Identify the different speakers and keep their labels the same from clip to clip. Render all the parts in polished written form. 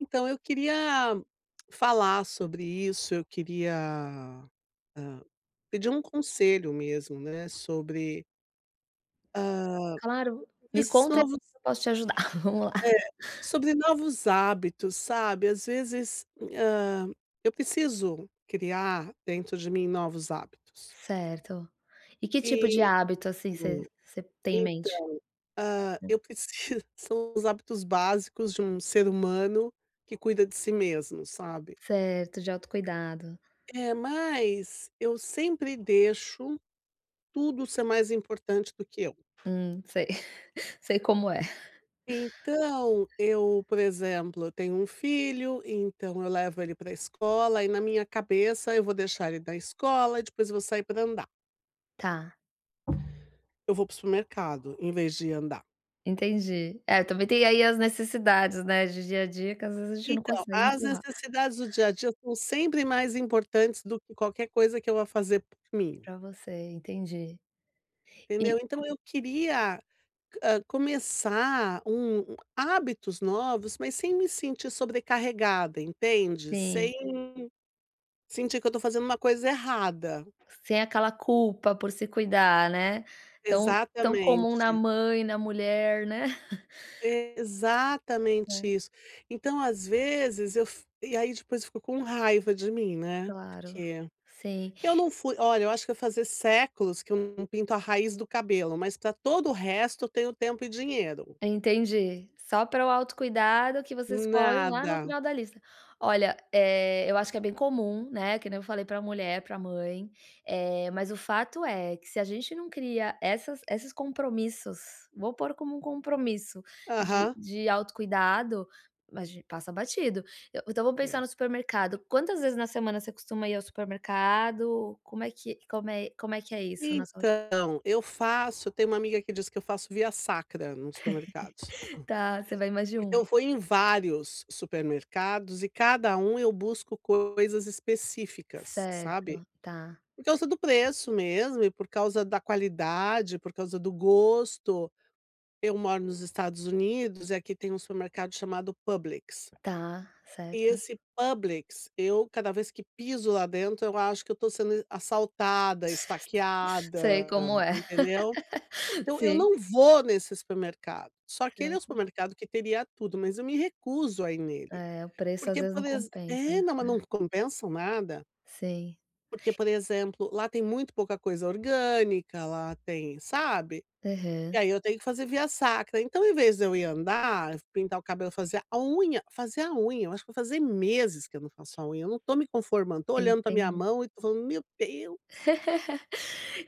Speaker 1: Então, eu queria falar sobre isso, eu queria, hã, pedir um conselho mesmo, né, sobre, hã,
Speaker 2: Claro, me
Speaker 1: esses
Speaker 2: conta e
Speaker 1: novos
Speaker 2: eu posso te ajudar. Vamos lá.
Speaker 1: é, sobre novos hábitos, sabe. Às vezes, hã, eu preciso criar dentro de mim novos hábitos.
Speaker 2: Certo. E que tipo de
Speaker 1: E
Speaker 2: hábito, assim, você
Speaker 1: hum,
Speaker 2: você tem em mente?
Speaker 1: então, eu preciso são os hábitos básicos de um ser humano que cuida de si mesmo, sabe.
Speaker 2: Certo, de autocuidado.
Speaker 1: É, mas eu sempre deixo tudo ser mais importante do que eu.
Speaker 2: Sei. Sei como é.
Speaker 1: Então, eu, por exemplo, eu tenho um filho, então eu levo ele para a escola e na minha cabeça eu vou deixar ele na escola e depois eu vou sair para andar.
Speaker 2: Tá,
Speaker 1: Eu vou para o supermercado em vez de andar.
Speaker 2: entendi. É, também tem aí as necessidades, né, de dia a dia que às vezes a gente não
Speaker 1: Então,
Speaker 2: consegue
Speaker 1: as
Speaker 2: empurrar
Speaker 1: necessidades do dia a dia são sempre mais importantes do que qualquer coisa que eu vá fazer por mim,
Speaker 2: pra você, entendi. E
Speaker 1: entendeu? Então eu queria começar hábitos novos, mas sem me sentir sobrecarregada, entende?
Speaker 2: sim,
Speaker 1: Sem sentir que eu estou fazendo uma coisa errada.
Speaker 2: sem aquela culpa por se cuidar, né, tão comum na
Speaker 1: Exatamente.
Speaker 2: mãe, na mulher, né.
Speaker 1: Exatamente
Speaker 2: É,
Speaker 1: isso. Então, às vezes, eu f e aí depois eu fico com raiva de mim, né,
Speaker 2: claro.
Speaker 1: porque
Speaker 2: Sim.
Speaker 1: eu não fui olha, eu acho que vai fazer séculos que eu não pinto a raiz do cabelo, mas para todo o resto eu tenho tempo e dinheiro.
Speaker 2: Entendi. Só para o autocuidado que vocês escolhem lá
Speaker 1: Nada.
Speaker 2: no final da lista. Olha, eu acho que é bem comum, né, que nem eu falei para mulher, para mãe, mas o fato é que se a gente não cria essas esses compromissos, vou pôr como um compromisso de
Speaker 1: Aham.
Speaker 2: de autocuidado, a gente passa batido. Eu então vamos pensar
Speaker 1: É.
Speaker 2: no supermercado, quantas vezes na semana você costuma ir ao supermercado? Como é que é isso na saúde?
Speaker 1: Então, eu faço eu tenho uma amiga que diz que eu faço via sacra nos supermercados,
Speaker 2: Tá, você vai mais de
Speaker 1: porque
Speaker 2: um.
Speaker 1: eu vou em vários supermercados e cada um eu busco coisas específicas, sabe.
Speaker 2: Certo, tá.
Speaker 1: Por causa do preço mesmo e por causa da qualidade, por causa do gosto. Eu moro nos Estados Unidos e aqui tem um supermercado chamado Publix.
Speaker 2: Tá,
Speaker 1: E
Speaker 2: certo.
Speaker 1: esse Publix, eu cada vez que piso lá dentro, eu acho que eu estou sendo assaltada,
Speaker 2: Sei
Speaker 1: esfaqueada,
Speaker 2: como é.
Speaker 1: entendeu? Então eu
Speaker 2: Sim,
Speaker 1: não vou nesse supermercado, só que ele é um
Speaker 2: certo.
Speaker 1: supermercado que teria tudo, mas eu me recuso a ir nele.
Speaker 2: É, o preço às
Speaker 1: Porque,
Speaker 2: vezes não
Speaker 1: por exemplo,
Speaker 2: compensa,
Speaker 1: é,
Speaker 2: né.
Speaker 1: não, mas não compensam nada,
Speaker 2: Sim.
Speaker 1: porque, por exemplo, lá tem muito pouca coisa orgânica, lá tem sabe? E
Speaker 2: Aham,
Speaker 1: aí eu tenho que fazer via sacra, então em vez de eu ir andar, pintar o cabelo, fazer a unha, eu acho que vai fazer meses que eu não faço a unha, eu não tô me conformando, tô olhando pra minha
Speaker 2: entendi.
Speaker 1: mão e tô falando: "Meu Deus".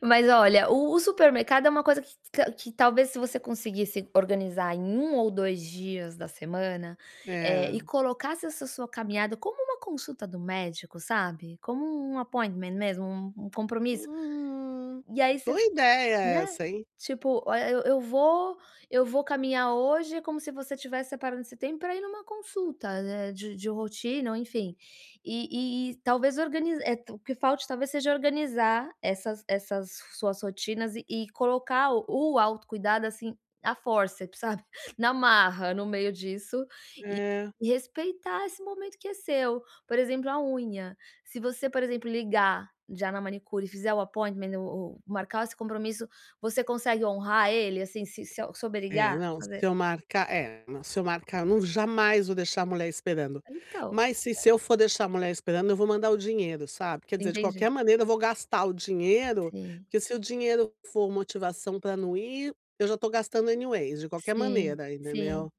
Speaker 2: Mas olha, o supermercado é uma coisa que talvez se você conseguisse organizar em um ou 2 dias da semana,
Speaker 1: É.
Speaker 2: e colocasse essa sua caminhada como uma consulta do médico, sabe, como um appointment mesmo, um compromisso,
Speaker 1: Hum,
Speaker 2: e aí você.
Speaker 1: boa ideia
Speaker 2: Né,
Speaker 1: essa, hein.
Speaker 2: tipo, olha, eu vou caminhar hoje como se você tivesse separando esse tempo para ir numa consulta, né, de rotina ou enfim. E talvez organizar o que falte talvez seja organizar essas suas rotinas e colocar o autocuidado, assim, a força sabe, na marra no meio disso
Speaker 1: É.
Speaker 2: e respeitar esse momento que é seu. Por exemplo, a unha. Se você, por exemplo, ligar já na manicure e fizer o appointment, o marcar esse compromisso, você consegue honrar ele, assim, se souber
Speaker 1: É,
Speaker 2: ligar?
Speaker 1: não,
Speaker 2: Fazer
Speaker 1: se eu marcar, eu não jamais vou deixar a mulher esperando.
Speaker 2: então,
Speaker 1: Mas se eu for deixar a mulher esperando, eu vou mandar o dinheiro, sabe. Quer dizer, de
Speaker 2: entende?
Speaker 1: qualquer maneira eu vou gastar o dinheiro,
Speaker 2: Sim.
Speaker 1: porque se o dinheiro for motivação para não ir, eu já tô gastando anyways, de qualquer
Speaker 2: Sim,
Speaker 1: maneira,
Speaker 2: sim.
Speaker 1: entendeu.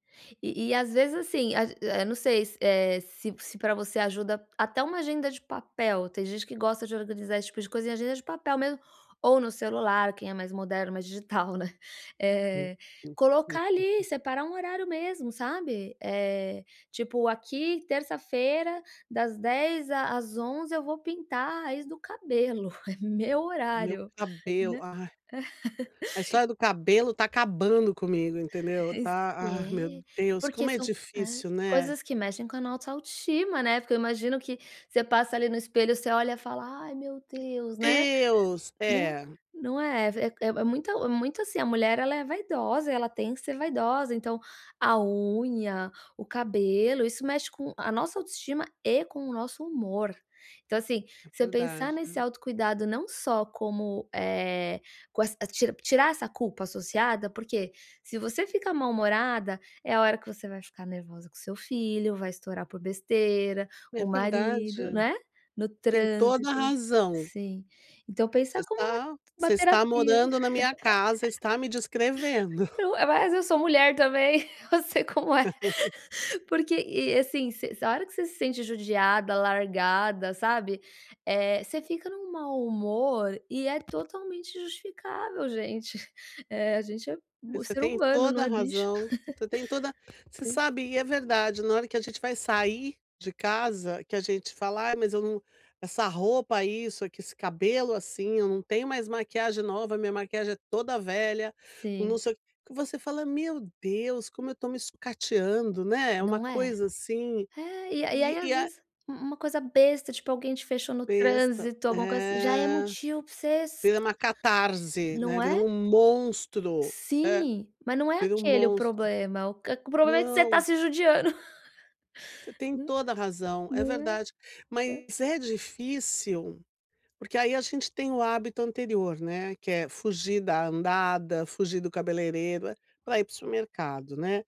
Speaker 2: E às vezes, assim, não sei se, se pra você ajuda até uma agenda de papel, tem gente que gosta de organizar esse tipo de coisa em agenda de papel mesmo, ou no celular, quem é mais moderno, mais digital, né.
Speaker 1: Hum,
Speaker 2: Eh,
Speaker 1: hum, hum.
Speaker 2: Colocar ali, separar um horário mesmo, sabe. Tipo, aqui terça-feira das 10h às 11h eu vou pintar a raiz do cabelo, é meu
Speaker 1: Meu
Speaker 2: horário,
Speaker 1: cabelo,
Speaker 2: né.
Speaker 1: ai, a história do cabelo tá acabando comigo, entendeu.
Speaker 2: Mas
Speaker 1: Tá ah, meu
Speaker 2: é,
Speaker 1: Deus,
Speaker 2: porque
Speaker 1: como é
Speaker 2: são é,
Speaker 1: difícil, né.
Speaker 2: coisas que mexem com a nossa autoestima, né, porque eu imagino que você passa ali no espelho, você olha e fala: "Ai meu Deus", né.
Speaker 1: Deus!
Speaker 2: Não,
Speaker 1: É,
Speaker 2: não é, muito assim, a mulher ela é vaidosa, ela tem que ser vaidosa, então a unha, o cabelo, isso mexe com a nossa autoestima e com o nosso humor. Então assim,
Speaker 1: é
Speaker 2: você pensar
Speaker 1: verdade, né.
Speaker 2: nesse autocuidado não só como, com essa tirar essa culpa associada, porque se você fica mal-humorada, é a hora que você vai ficar nervosa com seu filho, vai estourar por besteira, com
Speaker 1: É
Speaker 2: o marido,
Speaker 1: verdade.
Speaker 2: né, no
Speaker 1: Tem toda a
Speaker 2: trânsito.
Speaker 1: razão.
Speaker 2: Sim. Então pensar como uma uma
Speaker 1: Você está
Speaker 2: terapia.
Speaker 1: morando na minha casa, está me descrevendo.
Speaker 2: Mas eu sou mulher também, eu sei como é. Porque e assim, você a hora que você se sente judiada, largada, sabe, você fica num mau humor e é totalmente justificável, gente. A gente é bu
Speaker 1: Você
Speaker 2: ser
Speaker 1: tem
Speaker 2: humano, não
Speaker 1: toda a
Speaker 2: é bicho.
Speaker 1: razão, você tem toda você
Speaker 2: Sim.
Speaker 1: sabe, e é verdade, na hora que a gente vai sair de casa, que a gente fala: "Ai, mas eu não essa roupa isso, aqui, esse cabelo assim, eu não tenho mais maquiagem nova, minha maquiagem é toda velha", o não
Speaker 2: Sim.
Speaker 1: sei o quê, que você fala: "Meu Deus, como eu estou me sucateando", né, é uma
Speaker 2: Não é?
Speaker 1: coisa assim,
Speaker 2: É, e aí
Speaker 1: e
Speaker 2: às
Speaker 1: a
Speaker 2: vezes u uma coisa besta, tipo, alguém te fechou no
Speaker 1: besta.
Speaker 2: trânsito, alguma coisa assim, já é
Speaker 1: É.
Speaker 2: motivo pra você s
Speaker 1: Vira uma catarse, né,
Speaker 2: não
Speaker 1: vira
Speaker 2: é?
Speaker 1: um monstro. É,
Speaker 2: Sim, mas não é
Speaker 1: vira um
Speaker 2: aquele o
Speaker 1: monstro.
Speaker 2: problema, o problema é que você tá
Speaker 1: Não,
Speaker 2: se judiando,
Speaker 1: você tem
Speaker 2: né,
Speaker 1: toda a razão, é
Speaker 2: não é.
Speaker 1: verdade. Mas é difícil, porque aí a gente tem o hábito anterior, né, que é fugir da andada, fugir do cabeleireiro, para ir para o supermercado, né.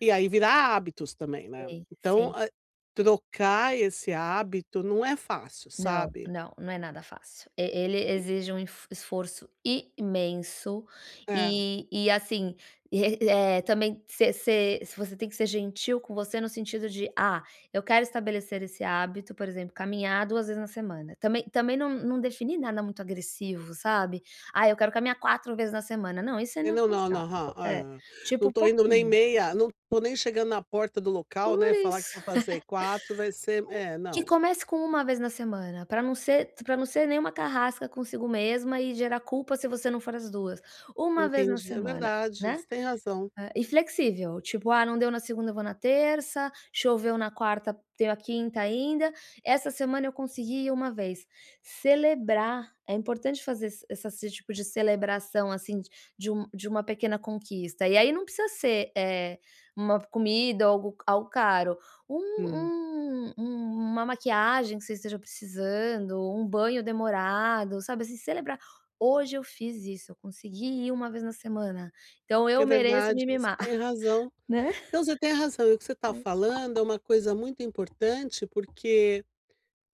Speaker 1: E aí virar hábitos também, né.
Speaker 2: Sim,
Speaker 1: Então,
Speaker 2: sim.
Speaker 1: trocar esse hábito não é fácil,
Speaker 2: Não,
Speaker 1: sabe.
Speaker 2: não, não é nada fácil. E ele exige um enf esforço imenso
Speaker 1: É.
Speaker 2: e assim, também se ser você tem que ser gentil com você no sentido de: "Ah, eu quero estabelecer esse hábito", por exemplo, caminhar 2 vezes na semana. Também não definir nada muito agressivo, sabe? "Ah, eu quero caminhar 4 vezes na semana", não, isso é
Speaker 1: É, não, não, não,
Speaker 2: inalcançável.
Speaker 1: aham,
Speaker 2: É,
Speaker 1: aham. Não
Speaker 2: tipo
Speaker 1: tô indo nem
Speaker 2: pouquinho.
Speaker 1: meia, não tô nem chegando na porta do local,
Speaker 2: Por
Speaker 1: né, falar que
Speaker 2: isso.
Speaker 1: vou fazer 4, vai ser é,
Speaker 2: Que
Speaker 1: não,
Speaker 2: comece com uma vez na semana, para não ser nenhuma carrasca consigo mesma e gerar culpa se você não for as duas. Uma vez na
Speaker 1: entendi. É
Speaker 2: semana,
Speaker 1: verdade,
Speaker 2: né.
Speaker 1: você tem razão.
Speaker 2: É, e flexível, tipo: "Ah, não deu na segunda, eu vou na terça, choveu na quarta, tenho a quinta ainda, essa semana eu consegui ir uma vez". Celebrar, é importante fazer esse tipo de celebração, assim, de uma pequena conquista. E aí não precisa ser, uma comida ou algo caro, um
Speaker 1: Hum,
Speaker 2: uma maquiagem que você esteja precisando, um banho demorado, sabe, assim, celebrar: "Hoje eu fiz isso, eu consegui ir uma vez na semana". Então eu
Speaker 1: é
Speaker 2: mereço
Speaker 1: verdade,
Speaker 2: me
Speaker 1: você
Speaker 2: mimar,
Speaker 1: tem razão.
Speaker 2: né.
Speaker 1: Não, você tem razão, e o que você está falando é uma coisa muito importante, porque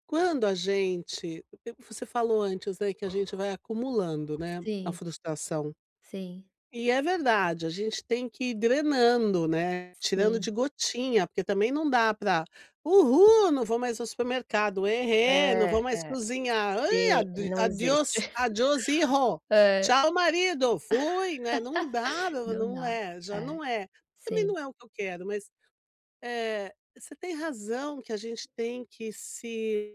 Speaker 1: quando a gente você falou antes, né, que a gente vai acumulando, né, a
Speaker 2: Sim,
Speaker 1: frustração.
Speaker 2: sim,
Speaker 1: E é verdade, a gente tem que ir drenando, né, tirando
Speaker 2: sim.
Speaker 1: de gotinha, porque também não dá pra: "Uhul, não vou mais ao supermercado. Ehê, não
Speaker 2: É,
Speaker 1: vou mais
Speaker 2: é,
Speaker 1: cozinhar. Ai,
Speaker 2: sim, não existe.
Speaker 1: adiós adiós, hijo.
Speaker 2: É.
Speaker 1: Tchau, marido. Fui", né, não dá,
Speaker 2: Não dá.
Speaker 1: já
Speaker 2: É,
Speaker 1: não é. Também
Speaker 2: sim,
Speaker 1: não é o que eu quero, mas, eh, você tem razão que a gente tem que se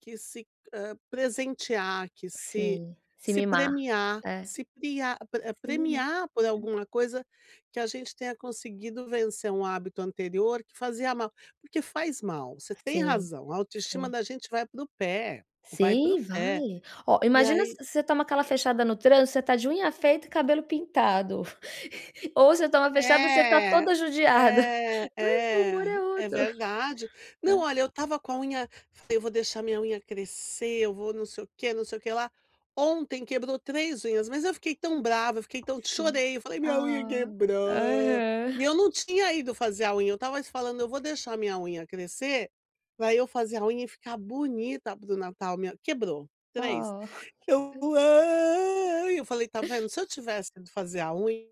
Speaker 1: que se, presentear, que se
Speaker 2: sim. Se
Speaker 1: se
Speaker 2: mimar.
Speaker 1: premiar,
Speaker 2: É,
Speaker 1: se priar pre
Speaker 2: se mimar.
Speaker 1: premiar por alguma coisa que a gente tenha conseguido vencer um hábito anterior que fazia mal, porque faz mal, você tem
Speaker 2: Sim,
Speaker 1: razão, a autoestima
Speaker 2: sim.
Speaker 1: da gente vai para o pé, vai para
Speaker 2: Sim,
Speaker 1: o pé.
Speaker 2: vale. Ó,
Speaker 1: E
Speaker 2: imagina
Speaker 1: aí
Speaker 2: se você toma aquela fechada no trânsito, você tá de unha feita e cabelo pintado. Ou você toma fechada, você tá
Speaker 1: É,
Speaker 2: toda judiada.
Speaker 1: é,
Speaker 2: Mas o humor
Speaker 1: é,
Speaker 2: é
Speaker 1: é
Speaker 2: outro.
Speaker 1: verdade.
Speaker 2: É,
Speaker 1: Não, olha, eu estava com a unha falei: "Eu vou deixar minha unha crescer, eu vou não sei o que, não sei o que lá". Ontem quebrou 3 unhas, mas eu fiquei tão brava, eu fiquei tão
Speaker 2: sim.
Speaker 1: chorei, eu falei: "Minha unha
Speaker 2: Ah,
Speaker 1: quebrou".
Speaker 2: aham.
Speaker 1: E eu não tinha ido fazer a unha, eu tava falando: "Eu vou deixar minha unha crescer, pra eu fazer a unha e ficar bonita pro Natal", minha quebrou, três.
Speaker 2: Oh.
Speaker 1: Eu: "Ai", eu falei: "Tá vendo, se eu tivesse ido fazer a unha"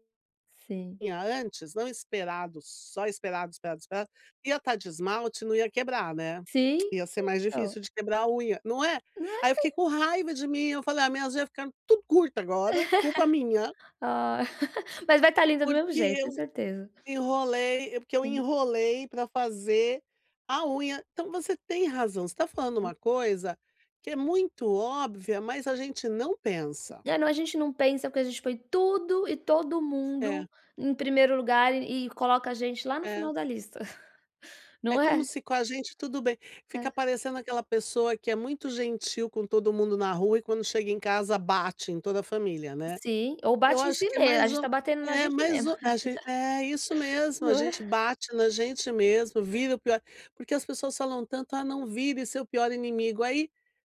Speaker 2: Sim.
Speaker 1: Tinha antes, não esperado, só esperado, esperado, esperado, ia estar de esmalte, não ia quebrar, né.
Speaker 2: Sim,
Speaker 1: Ia ser mais
Speaker 2: então,
Speaker 1: difícil de quebrar a unha, não é?
Speaker 2: né.
Speaker 1: Aí eu fiquei com raiva de mim, eu falei: "Ah, minhas unhas ficaram tudo curta agora, culpa minha,
Speaker 2: Ah, mas vai estar linda do mesmo
Speaker 1: porque
Speaker 2: jeito, tenho certeza.
Speaker 1: porque eu
Speaker 2: Sim,
Speaker 1: enrolei para fazer a unha". Então você tem razão, você tá falando
Speaker 2: sim.
Speaker 1: uma coisa que é muito óbvia, mas a gente não pensa.
Speaker 2: É, não, a gente não pensa porque a gente põe tudo e todo
Speaker 1: É,
Speaker 2: mundo em primeiro lugar e coloca a gente lá no
Speaker 1: é.
Speaker 2: final da lista,
Speaker 1: É
Speaker 2: não
Speaker 1: como
Speaker 2: é?
Speaker 1: se com a gente tudo bem.
Speaker 2: É.
Speaker 1: Fica parecendo aquela pessoa que é muito gentil com todo mundo na rua e quando chega em casa bate em toda a família, né.
Speaker 2: Sim, ou
Speaker 1: Eu
Speaker 2: bate em
Speaker 1: acho
Speaker 2: si
Speaker 1: que
Speaker 2: mesmo, a gente está batendo na
Speaker 1: é
Speaker 2: gente
Speaker 1: mais
Speaker 2: mesmo,
Speaker 1: ou a gen é isso mesmo, a
Speaker 2: não é?
Speaker 1: gente bate na gente mesmo, vira o pior porque as pessoas falam tanto: "Ah, não vire seu pior inimigo". Aí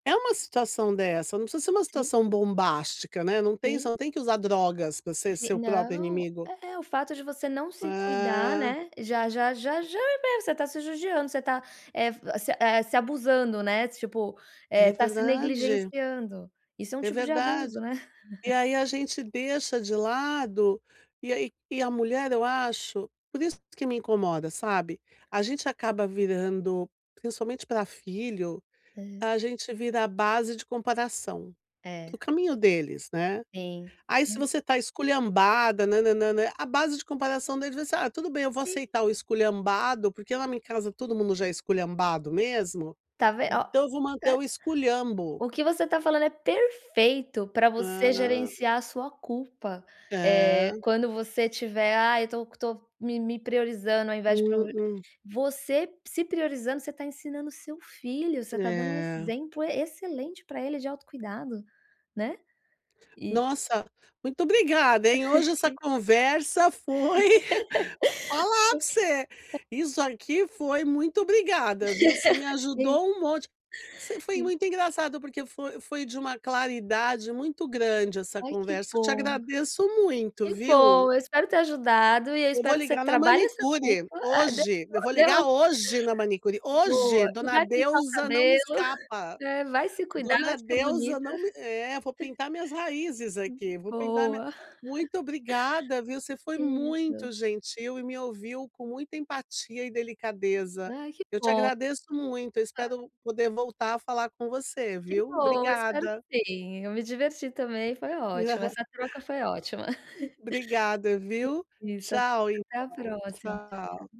Speaker 1: é uma situação dessa, não precisa ser uma
Speaker 2: Sim,
Speaker 1: situação bombástica, né, não tem você
Speaker 2: sim.
Speaker 1: não tem que usar drogas para ser
Speaker 2: Se
Speaker 1: seu próprio
Speaker 2: não,
Speaker 1: inimigo.
Speaker 2: é o fato de você não se cuidar,
Speaker 1: Ah,
Speaker 2: né, já é você tá se judiando, você tá, eh, se abusando, né, tipo,
Speaker 1: é
Speaker 2: tá se
Speaker 1: verdade,
Speaker 2: negligenciando. Isso é um
Speaker 1: é
Speaker 2: tipo de
Speaker 1: verdade.
Speaker 2: abuso, né.
Speaker 1: E aí a gente deixa de lado, e aí e a mulher eu acho por isso que me incomoda, sabe, a gente acaba virando, principalmente para filho,
Speaker 2: É,
Speaker 1: a gente vira a base de comparação, do
Speaker 2: é,
Speaker 1: caminho deles, né.
Speaker 2: sim,
Speaker 1: Aí se
Speaker 2: sim,
Speaker 1: você tá esculhambada, nã nã nã a base de comparação deles vai ser: "Ah, tudo bem, eu vou
Speaker 2: sim,
Speaker 1: aceitar o esculhambado, porque lá em casa todo mundo já é esculhambado mesmo,
Speaker 2: tá vendo?
Speaker 1: então eu vou manter o esculhambo".
Speaker 2: O que você está falando é perfeito para você
Speaker 1: Ah,
Speaker 2: gerenciar a sua culpa,
Speaker 1: é.
Speaker 2: quando você tiver: "Ah, eu tô me priorizando ao invés de provi"
Speaker 1: Uhum,
Speaker 2: você se priorizando, você está ensinando seu filho, você está dando um
Speaker 1: é.
Speaker 2: exemplo excelente para ele de autocuidado, né. E
Speaker 1: Nossa, muito obrigada, hein. Hoje essa
Speaker 2: e-
Speaker 1: conversa foi falar pra você. Isso aqui foi muito obrigada, viu. Você me
Speaker 2: e-
Speaker 1: ajudou um monte. Você foi
Speaker 2: e-
Speaker 1: muito engraçado, porque foi de uma claridade muito grande essa
Speaker 2: Ai,
Speaker 1: conversa. Eu te agradeço muito,
Speaker 2: que
Speaker 1: viu.
Speaker 2: bom, eu espero ter ajudado e eu
Speaker 1: Eu vou
Speaker 2: espero que você
Speaker 1: ligar na
Speaker 2: trabalhe essa culpa.
Speaker 1: manicure,
Speaker 2: Ah, deu
Speaker 1: hoje. Eu vou
Speaker 2: deu uma
Speaker 1: ligar hoje na manicure.
Speaker 2: boa,
Speaker 1: Hoje,
Speaker 2: e
Speaker 1: dona
Speaker 2: vai pintar o
Speaker 1: Deusa não me
Speaker 2: cabelo,
Speaker 1: escapa.
Speaker 2: vai se cuidar, vai
Speaker 1: Dona
Speaker 2: ficar
Speaker 1: Deusa
Speaker 2: bonito.
Speaker 1: não me é, vou pintar minhas raízes aqui, vou pintar minha
Speaker 2: Boa.
Speaker 1: muito obrigada, viu, você foi
Speaker 2: Que
Speaker 1: muito
Speaker 2: isso.
Speaker 1: gentil e me ouviu com muita empatia e delicadeza.
Speaker 2: Ai,
Speaker 1: Eu te agradeço muito, eu espero poder voltar a falar com você,
Speaker 2: que
Speaker 1: viu.
Speaker 2: bom, espero
Speaker 1: Obrigada.
Speaker 2: que sim. Eu me diverti também, foi ótimo, essa troca foi ótima.
Speaker 1: Obrigada, viu.
Speaker 2: Isso,
Speaker 1: Tchau
Speaker 2: até a
Speaker 1: então,
Speaker 2: próxima. Tchau, tchau.
Speaker 1: tchau.